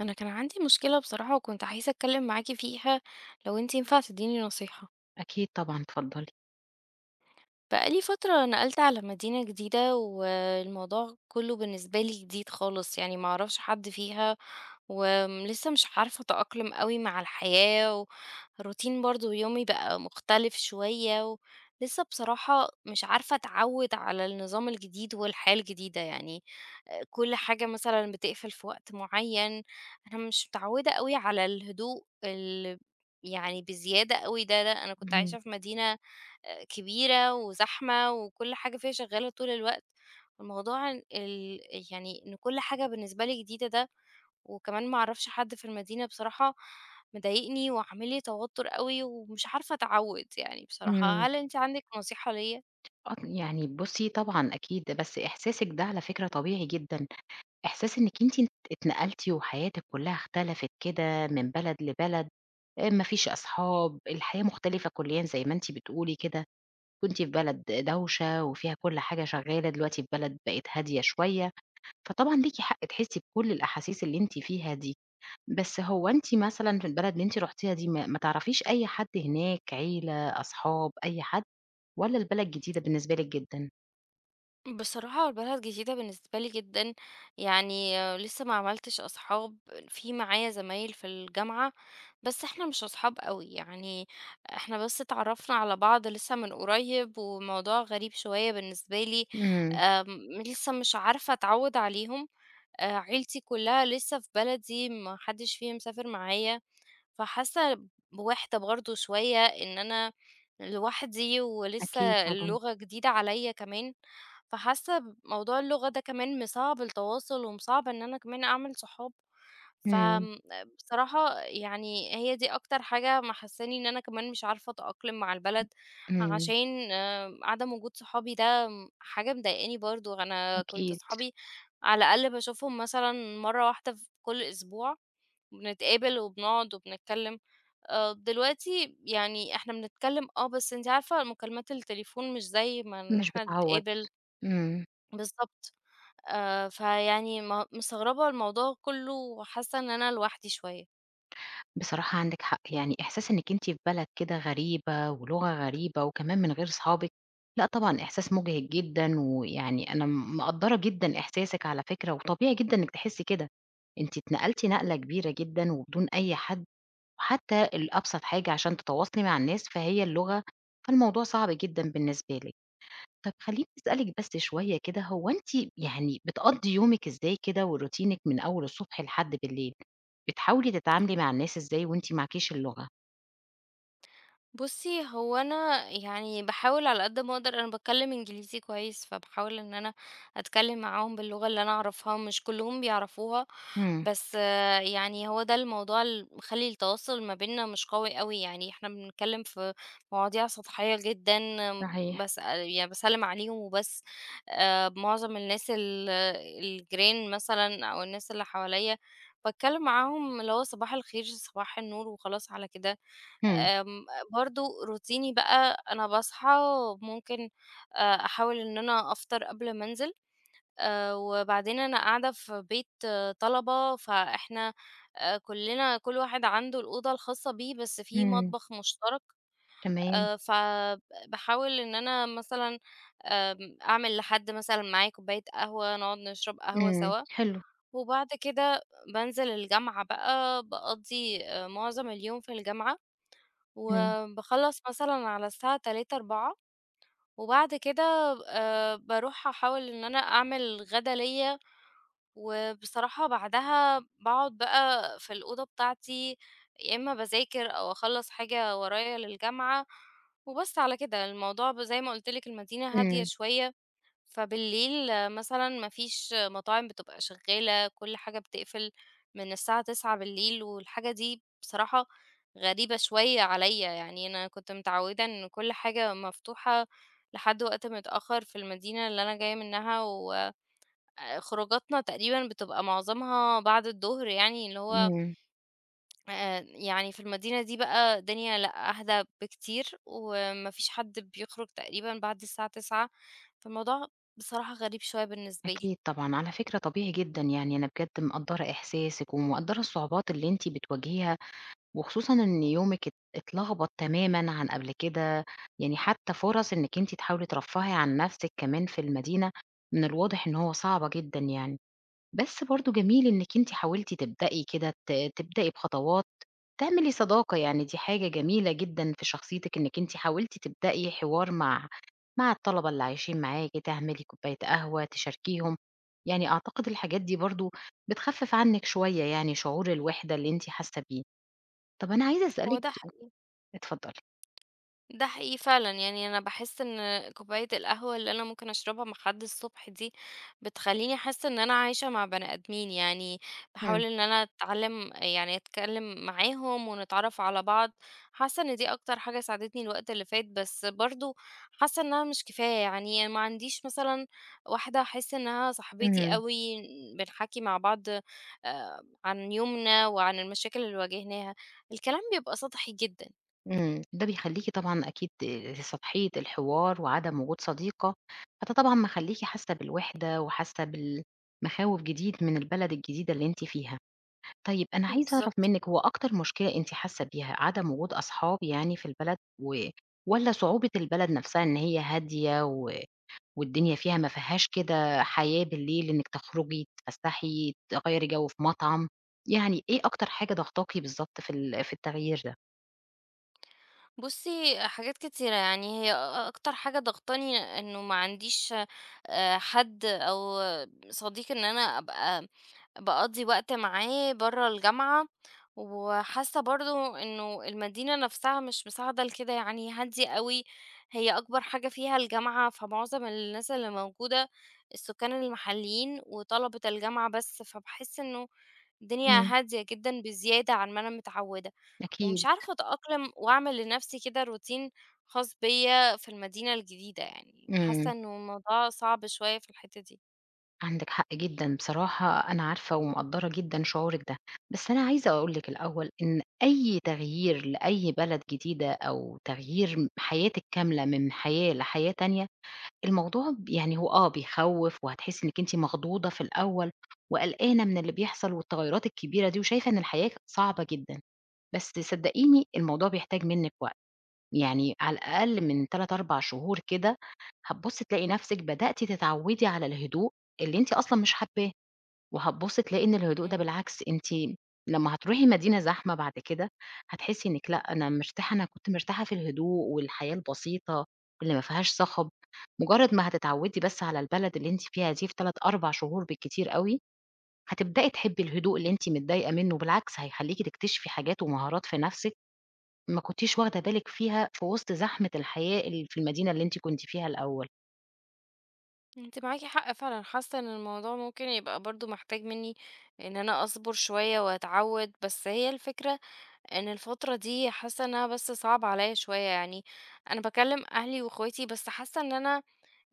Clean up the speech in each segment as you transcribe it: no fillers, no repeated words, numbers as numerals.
انا كان عندي مشكلة بصراحة وكنت عايزة اتكلم معاكي فيها لو انتي ينفع تديني نصيحة أكيد طبعًا، اتفضّلي. بقالي فترة نقلت على مدينة جديدة والموضوع كله بالنسبة لي جديد خالص يعني معرفش حد فيها ولسه مش عارفة أتأقلم قوي مع الحياة وروتين برضو يومي بقى مختلف شوية ولسه بصراحة مش عارفة أتعود على النظام الجديد والحياة الجديدة يعني كل حاجة مثلا بتقفل في وقت معين أنا مش متعودة قوي على الهدوء اللي يعني بزيادة قوي ده أنا كنت اهم، عايشة في مدينة كبيرة وزحمة وكل حاجة فيها شغّالة طول الوقت، الموضوع يعني إن كل حاجة بالنسبة لي جديدة ده، وكمان ما أعرفش حد في المدينة بصراحة مضايقني وعامل لي توتر أوي ومش عارفة أتعوّد يعني بصراحة، إمم. هل أنتِ عندِك نصيحة ليّا؟ آه، يعني بُصّي طبعًا أكيد، بس إحساسِك ده على فكرة طبيعي جدًا، إحساس إنِّك أنتِ اتنقلتِ وحياتِك كلّها اختلفت كده من بلد لبلد، ما فيش أصحاب، الحياة مختلفة كليًا زي ما أنتِ بتقولي كده، كنتِ في بلد دوشة وفيها كل حاجة شغّالة، دلوقتي في بلد بقت هادية شوية، فطبعًا ليكِ حق تحسّي بكل الأحاسيس اللي أنتِ فيها دي. بس هو أنتِ مثلًا في البلد اللي أنتِ رُحتيها دي ما تعرفيش أي حد هناك، عيلة، أصحاب، أي حد؟ والّا البلد جديدة بالنسبة لِك جدًا؟ بصراحة البلد جديدة بالنسبة لي جدًا، يعني لسه ما عملتش أصحاب، في معايا زمايل في الجامعة، بس إحنا مش أصحاب أوي، يعني إحنا بس اتعرّفنا على بعض لسه من قريب، والموضوع غريب شوية بالنسبة لي، إمم، لسه مش عارفة أتعوّد عليهم، عيلتي كلّها لسه في بلدي، ما حدش فيهم سافر معايا. فحاسة بوحدة برضه شوية إن أنا لوحدي ولسه أكيد طبعًا، اللغة جديدة عليّا كمان، فحاسة بموضوع اللغة ده كمان مصعّب التواصل ومصعّب إن أنا كمان أعمل صحاب، إمم، فآمم بصراحة يعني هي دي أكتر حاجة محسّساني إن أنا كمان مش عارفة أتأقلم مع البلد، إمم، عشان عدم وجود صحابي ده حاجة مضايقاني برضه، أنا كنت أكيد صحابي على الأقل باشوفهم مثلًا مرّة واحدة في كل أسبوع، بنتقابل وبنقعد وبنتكلم. دلوقتي يعني إحنا بنتكلم بس أنتِ عارفة مكالمات التليفون مش زي ما إن مش إحنا بتعوّض، نتقابل إمم، بالضبط. فيعني مستغربة الموضوع كُلّه وحاسة إن أنا لوحدي شوية. بصراحة عندِك حق، يعني إحساس إنِّك أنتِ في بلد كده غريبة ولغة غريبة وكمان من غير صحابِك، لأ طبعًا إحساس مُجهِد جدًا، ويعني أنا مقدّرة جدًا إحساسِك على فكرة، وطبيعي جدًا إنِّك تحسّي كده، أنتِ اتنقلتِ نقلة كبيرة جدًا وبدون أي حد، وحتى الأبسط حاجة عشان تتواصلي مع الناس فهي اللغة، فالموضوع صعب جدًا بالنسبة لِك. طب خلّيني أسألِك بس شوية كده، هو أنتِ يعني بتقضّي يومِك إزاي كده وروتينِك من أول الصبح لحد بالليل؟ بتحاولي تتعاملي مع الناس إزاي وأنتِ معاكيش اللغة؟ بُصّي، هو أنا يعني باحاول على قد ما أقدر أنا باتكلّم إنجليزي كويس، فباحاول إن أنا أتكلّم معاهم باللغة اللي أنا أعرفها، مش كلّهم بيعرفوها، إمم. بس يعني هو ده الموضوع اللي مخلّي التواصل ما بيننا مش قوي أوي، يعني إحنا بنتكلّم في مواضيع سطحية جدًا، صحيح. باسأل يعني باسلّم عليهم وبس، معظم الناس الجيران مثلًا أو الناس اللي حواليّا، باتكلّم معاهم اللي هو صباح الخير، صباح النور وخلاص على كده. إمم، آمم، برضه روتيني بقى أنا باصحى ممكن أحاول إن أنا أفطر قبل ما أنزل، وبعدين أنا قاعدة في بيت طلبة، فإحنا كُلّنا كل واحد عنده الأوضة الخاصة بيه، بس في إمم، مطبخ مشترك، تمام، فب باحاول إن أنا مثلًا أعمل لحد مثلًا معايا كوباية قهوة، نقعد نشرب قهوة إمم، سوا، حلو، وبعد كده بانزل الجامعة بقى، باقضّي معظم اليوم في الجامعة. إمم، وباخلّص مثلًا على الساعة 15:00، 16:00 وبعد كده باروح أحاول إن أنا أعمل غدا ليّا، وبصراحة بعدها باقعد بقى في الأوضة بتاعتي، يا إمّا باذاكر أو أخلّص حاجة ورايا للجامعة، وبس على كده. الموضوع زي ما قُلت لِك المدينة هادية إمم، شوية فبالليل مثلًا ما فيش مطاعم بتبقى شغالة، كل حاجة بتقفل من الساعة 21:00 والحاجة دي بصراحة غريبة شوية عليّا، يعني أنا كنت متعودة إن كل حاجة مفتوحة لحد وقت متأخر في المدينة اللي أنا جاية منها، وخروجاتنا تقريبًا بتبقى معظمها بعد الضهر يعني، اللي هو إمم، يعني في المدينة دي بقى الدنيا لأ، أهدى بكتير، وما فيش حد بيخرج تقريبًا بعد الساعة 21:00 فالموضوع بصراحة غريب شوية بالنسبة لي. أكيد طبعًا، على فكرة طبيعي جدًا، يعني أنا بجد مقدّرة إحساسِك ومقدّرة الصعوبات اللي أنتِ بتواجهيها وخصوصًا إن يومِك اتلخبط تمامًا عن قبل كده، يعني حتى فرص إنِّك أنتِ تحاولي ترفّهي عن نَفْسِك كمان في المدينة، من الواضح إن هو صعبة جدًا يعني. بس برضه جميل إنِّك أنتِ حاولتِ تبدئي كده تبدئي بخطوات، تعملي صداقة يعني دي حاجة جميلة جدًا في شخصيتِك إنِّك أنتِ حاولتِ تبدئي حوار مع الطلبة اللي عايشين معاكِ، تعملي كوباية قهوة، تشاركيهم. يعني أعتقد الحاجات دي برضه بتخفِّف عنِّك شوية يعني شعور الوحدة اللي أنتِ حاسة بيه. طب أنا عايزة هو أسألِك ده ح سؤال اتفضلي. ده حقيقي فعلًا، يعني أنا باحس إن كوباية القهوة اللي أنا ممكن أشربها مع حد الصبح دي، بتخلّيني حاسة إن أنا عايشة مع بني آدمين، يعني باحاول إمم، إن أنا أتعلم يعني أتكلم معاهم ونتعرف على بعض، حاسة إن دي أكتر حاجة ساعدتني الوقت اللي فات، بس برضه حاسة إنها مش كفاية، يعني ما عنديش مثلًا واحدة أحس إنها صاحبتي اهم، أوي، بنحكي مع بعض عن يومنا وعن المشاكل اللي واجهناها، الكلام بيبقى سطحي جدًا. إمم. ده بيخلّيكِ طبعًا أكيد سطحية الحوار وعدم وجود صديقة، فده طبعًا مخلّيكِ حاسة بالوحدة وحاسة مخاوف جديد من البلد الجديدة اللي أنتِ فيها. طيب أنا عايزة أعرف بالضبط. منِّك هو أكتر مشكلة أنتِ حاسة بيها عدم وجود أصحاب يعني في البلد و والّا صعوبة البلد نفسها إن هي هادية و والدنيا فيها ما فيهاش كده حياة بالليل إنِّك تخرجي، تتفسّحي، تغيّري جو في مطعم، يعني إيه أكتر حاجة ضاغطاكِ بالضبط في ال في التغيير ده؟ بُصّي، حاجات كتيرة، يعني هي أكتر حاجة ضاغطاني إنه ما عنديش حد أو صديق إن أنا أبقى باقضّي وقت معاه برّه الجامعة، وحاسة برضه إنه المدينة نفسها مش مساعدة لكده، يعني هادية أوي، هي أكبر حاجة فيها الجامعة، فمعظم الناس اللي موجودة السكان المحليين وطلبة الجامعة بس، فباحس إنه الدنيا إمم. هادية جدًا بزيادة عن ما أنا متعودة. ومش أكيد، عارفة أتأقلم وأعمل لنفسي كده روتين خاص بيا في المدينة الجديدة يعني إمم، حاسة إنه الموضوع صعب شوية في الحتة دي عندِك حق جدًا، بصراحة أنا عارفة ومقدّرة جدًا شعورِك ده، بس أنا عايزة أقول لِك الأول إن أي تغيير لأي بلد جديدة أو تغيير م حياتِك كاملة من حياة لحياة تانية الموضوع ب يعني هو آه بيخوّف وهتحسّي إنِّك أنتِ مخضوضة في الأول وقلقانة من اللي بيحصل والتغيُّرات الكبيرة دي وشايفة إن الحياة ك صعبة جدًا، بس صدّقيني الموضوع بيحتاج منِّك وقت، يعني على الأقل من 3، 4 شهور كده هتبُصّي تلاقي نَفْسِك بدأتِ تتعوّدي على الهدوء اللي أنتِ أصلًا مش حابّاه. وهتبُصّي تلاقي إن الهدوء ده مم. بالعكس أنتِ لمّا هتروحي مدينة زحمة بعد كده، هتحسّي إنِّك لأ، أنا مرتاحة أنا كنت مرتاحة في الهدوء والحياة البسيطة اللي ما فيهاش صخب، مجرّد ما هتتعوّدي بس على البلد اللي أنتِ فيها دي في 3، 4 شهور بالكتير أوي، هتبدئي تحبّي الهدوء اللي أنتِ متضايقة منّه، بالعكس هيخلّيكِ تكتشفي حاجات ومهارات في نَفْسِك ما كنتيش واخدة بالِك فيها في وسط زحمة الحياة اللي في المدينة اللي أنتِ كنتِ فيها الأول. انت معاكي حق فعلا حاسة ان الموضوع ممكن يبقى برضو محتاج مني ان انا اصبر شوية واتعود بس هي الفكرة ان الفترة دي حاسة انها بس صعب عليا شوية يعني انا بكلم اهلي واخواتي بس حاسة ان انا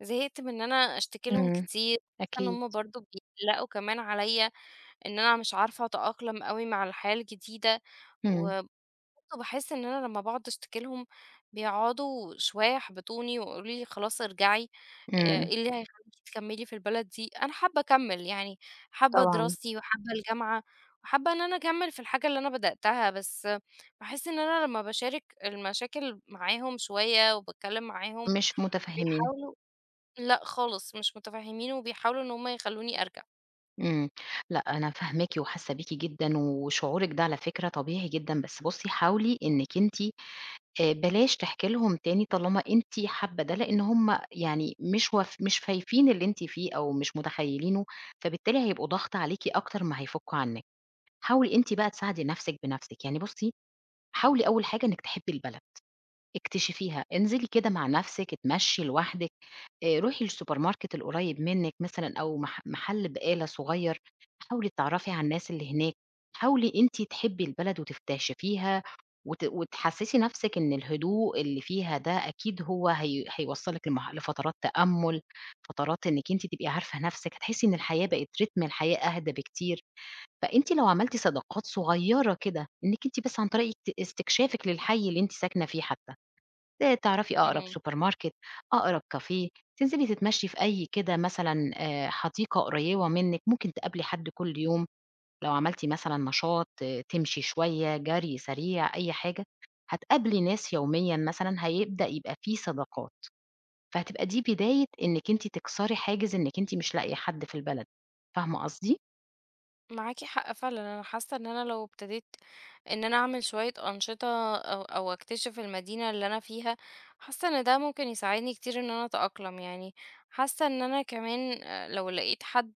زهقت من ان انا اشتكي لهم إمم، كتير حاسة ان أكيد. هم برضو بيقلقوا كمان عليا إن أنا مش عارفة أتأقلم أوي مع الحياة الجديدة، إمم، وبرضه باحس إن أنا لمّا باقعد أشتكي لهم بيقعدوا شوية يحبطوني ويقولوا لي: "خلاص ارجعي، إمم، إيه اللي هيخليكِ تكمّلي في البلد دي؟" أنا حابة أكمّل، يعني حابة طبعًا دراستي وحابة الجامعة وحابة إن أنا أكمّل في الحاجة اللي أنا بدأتها، بس باحس إن أنا لمّا باشارك المشاكل معاهم شوية وباتكلّم معاهم مش مُتفهّمين. بيحاولوا لأ خالص، مش متفهّمين وبيحاولوا إن هم يخلّوني أرجع. إمم. لأ، أنا فاهماكِ وحاسة بيكِ جدًا، وشعورِك ده على فكرة طبيعي جدًا، بس بُصّي حاولي إنِّك أنتِ بلاش تحكي لهم تاني طالما أنتِ حابة ده، لإن هم يعني مش فايفين اللي أنتِ فيه أو مش متخيّلينه، فبالتالي هيبقوا ضغط عليكِ أكتر ما هيفُكّوا عنِّك. حاولي أنتِ بقى تساعدي نَفْسِك بنَفْسِك، يعني بُصّي، حاولي أول حاجة إنِّك تحبّي البلد، اكتشفيها، انزلي كده مع نَفْسِك، اتمشّي لوحدِك، روحي للسوبر ماركت القريب منِّك مثلًا أو محل بقالة صغير، حاولي تتعرّفي على الناس اللي هناك، حاولي أنتِ تحبّي البلد وتكتشفيها وتحسّسي نَفْسِك إن الهدوء اللي فيها ده أكيد هو هي هيوصّلِك لمرح لفترات تأمُّل، فترات إنِّك أنتِ تبقي عارفة نَفْسِك، هتحسّي إن الحياة بقت رتم الحياة أهدى بكتير، فأنتِ لو عملتِ صداقات صغيّرة كده، إنِّك أنتِ بس عن طريق استكشافِك للحي اللي أنتِ ساكنة فيه حتّى. تعرفي أقرب إمم. سوبر ماركت، أقرب كافيه، تنزلي تتمشي في أي كده مثلًا حديقة قريبة منِّك، ممكن تقابلي حد كل يوم، لو عملتِ مثلًا نشاط آه، تمشي شوية، جري سريع، أي حاجة، هتقابلي ناس يوميًا مثلًا هيبدأ يبقى في صداقات، فهتبقى دي بداية إنِّك أنتِ تكسري حاجز إنِّك أنتِ مش لاقية حد في البلد، فاهمة قصدي؟ معاكِ حق فعلًا، أنا حاسة إن أنا لو ابتديت إن أنا أعمل شوية أنشطة أو أكتشف المدينة اللي أنا فيها، حاسة إن ده ممكن يساعدني كتير إن أنا أتأقلم يعني، حاسة إن أنا كمان لو لقيت حد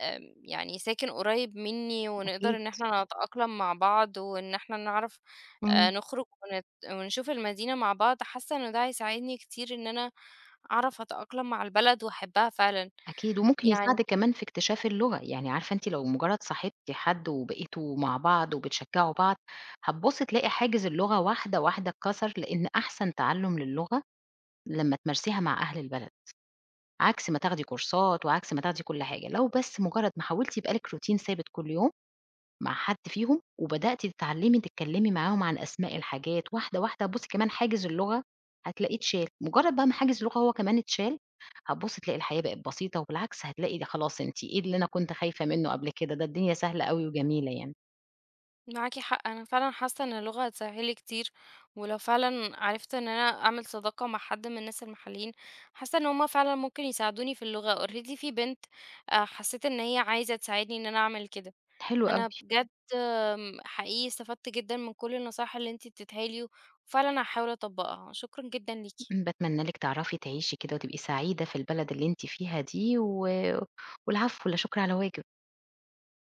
يعني ساكن قريب مني ونقدر أكيد. إن إحنا نتأقلم مع بعض وإن إحنا نعرف إمم. نخرج ونشوف المدينة مع بعض، حاسة إن ده هيساعدني كتير إن أنا أعرف أتأقلم مع البلد وأحبها فعلًا أكيد، وممكن يعني يساعدِك كمان في اكتشاف اللغة، يعني عارفة أنتِ لو مجرد صاحبتِ حد وبقيتوا مع بعض وبتشجعوا بعض، هتبُصي تلاقي حاجز اللغة واحدة، واحدة اتكسر، لإن أحسن تعلُّم للغة لمّا تمارسيها مع أهل البلد، عكس ما تاخدي كورسات وعكس ما تاخدي كل حاجة، لو بس مجرد ما حاولتِ يبقى لِك روتين ثابت كل يوم مع حد فيهم وبدأتِ تتعلمي تتكلمي معاهم عن أسماء الحاجات واحدة، واحدة، بُصّي كمان حاجز اللغة هتلاقيه اتشال، مجرد بقى ما حاجز اللغة هو كمان اتشال، هتبُصّي تلاقي الحياة بقت بسيطة، وبالعكس هتلاقي ده خلاص أنتِ إيه اللي أنا كنت خايفة منه قبل كده، ده الدنيا سهلة أوي وجميلة يعني. معاكِ حق، أنا فعلًا حاسة إن اللغة هتسهِّل لي كتير، ولو فعلًا عرفت إن أنا أعمل صداقة مع حد من الناس المحليين، حاسة إن هُم فعلًا ممكن يساعدوني في اللغة. already في بنت حسيت إن هي عايزة تساعدني إن أنا أعمل كده. حلو أوي، أنا بجد حقيقي استفدت جدًا من كل النصايح اللي أنتِ اديتيها لي، وفعلًا هاحاول أطبّقها. شكرًا جدًا ليكِ. باتمنى لِك تعرفي تعيشي كده وتبقي سعيدة في البلد اللي أنتِ فيها دي، و والعفو، لا شكر على واجب.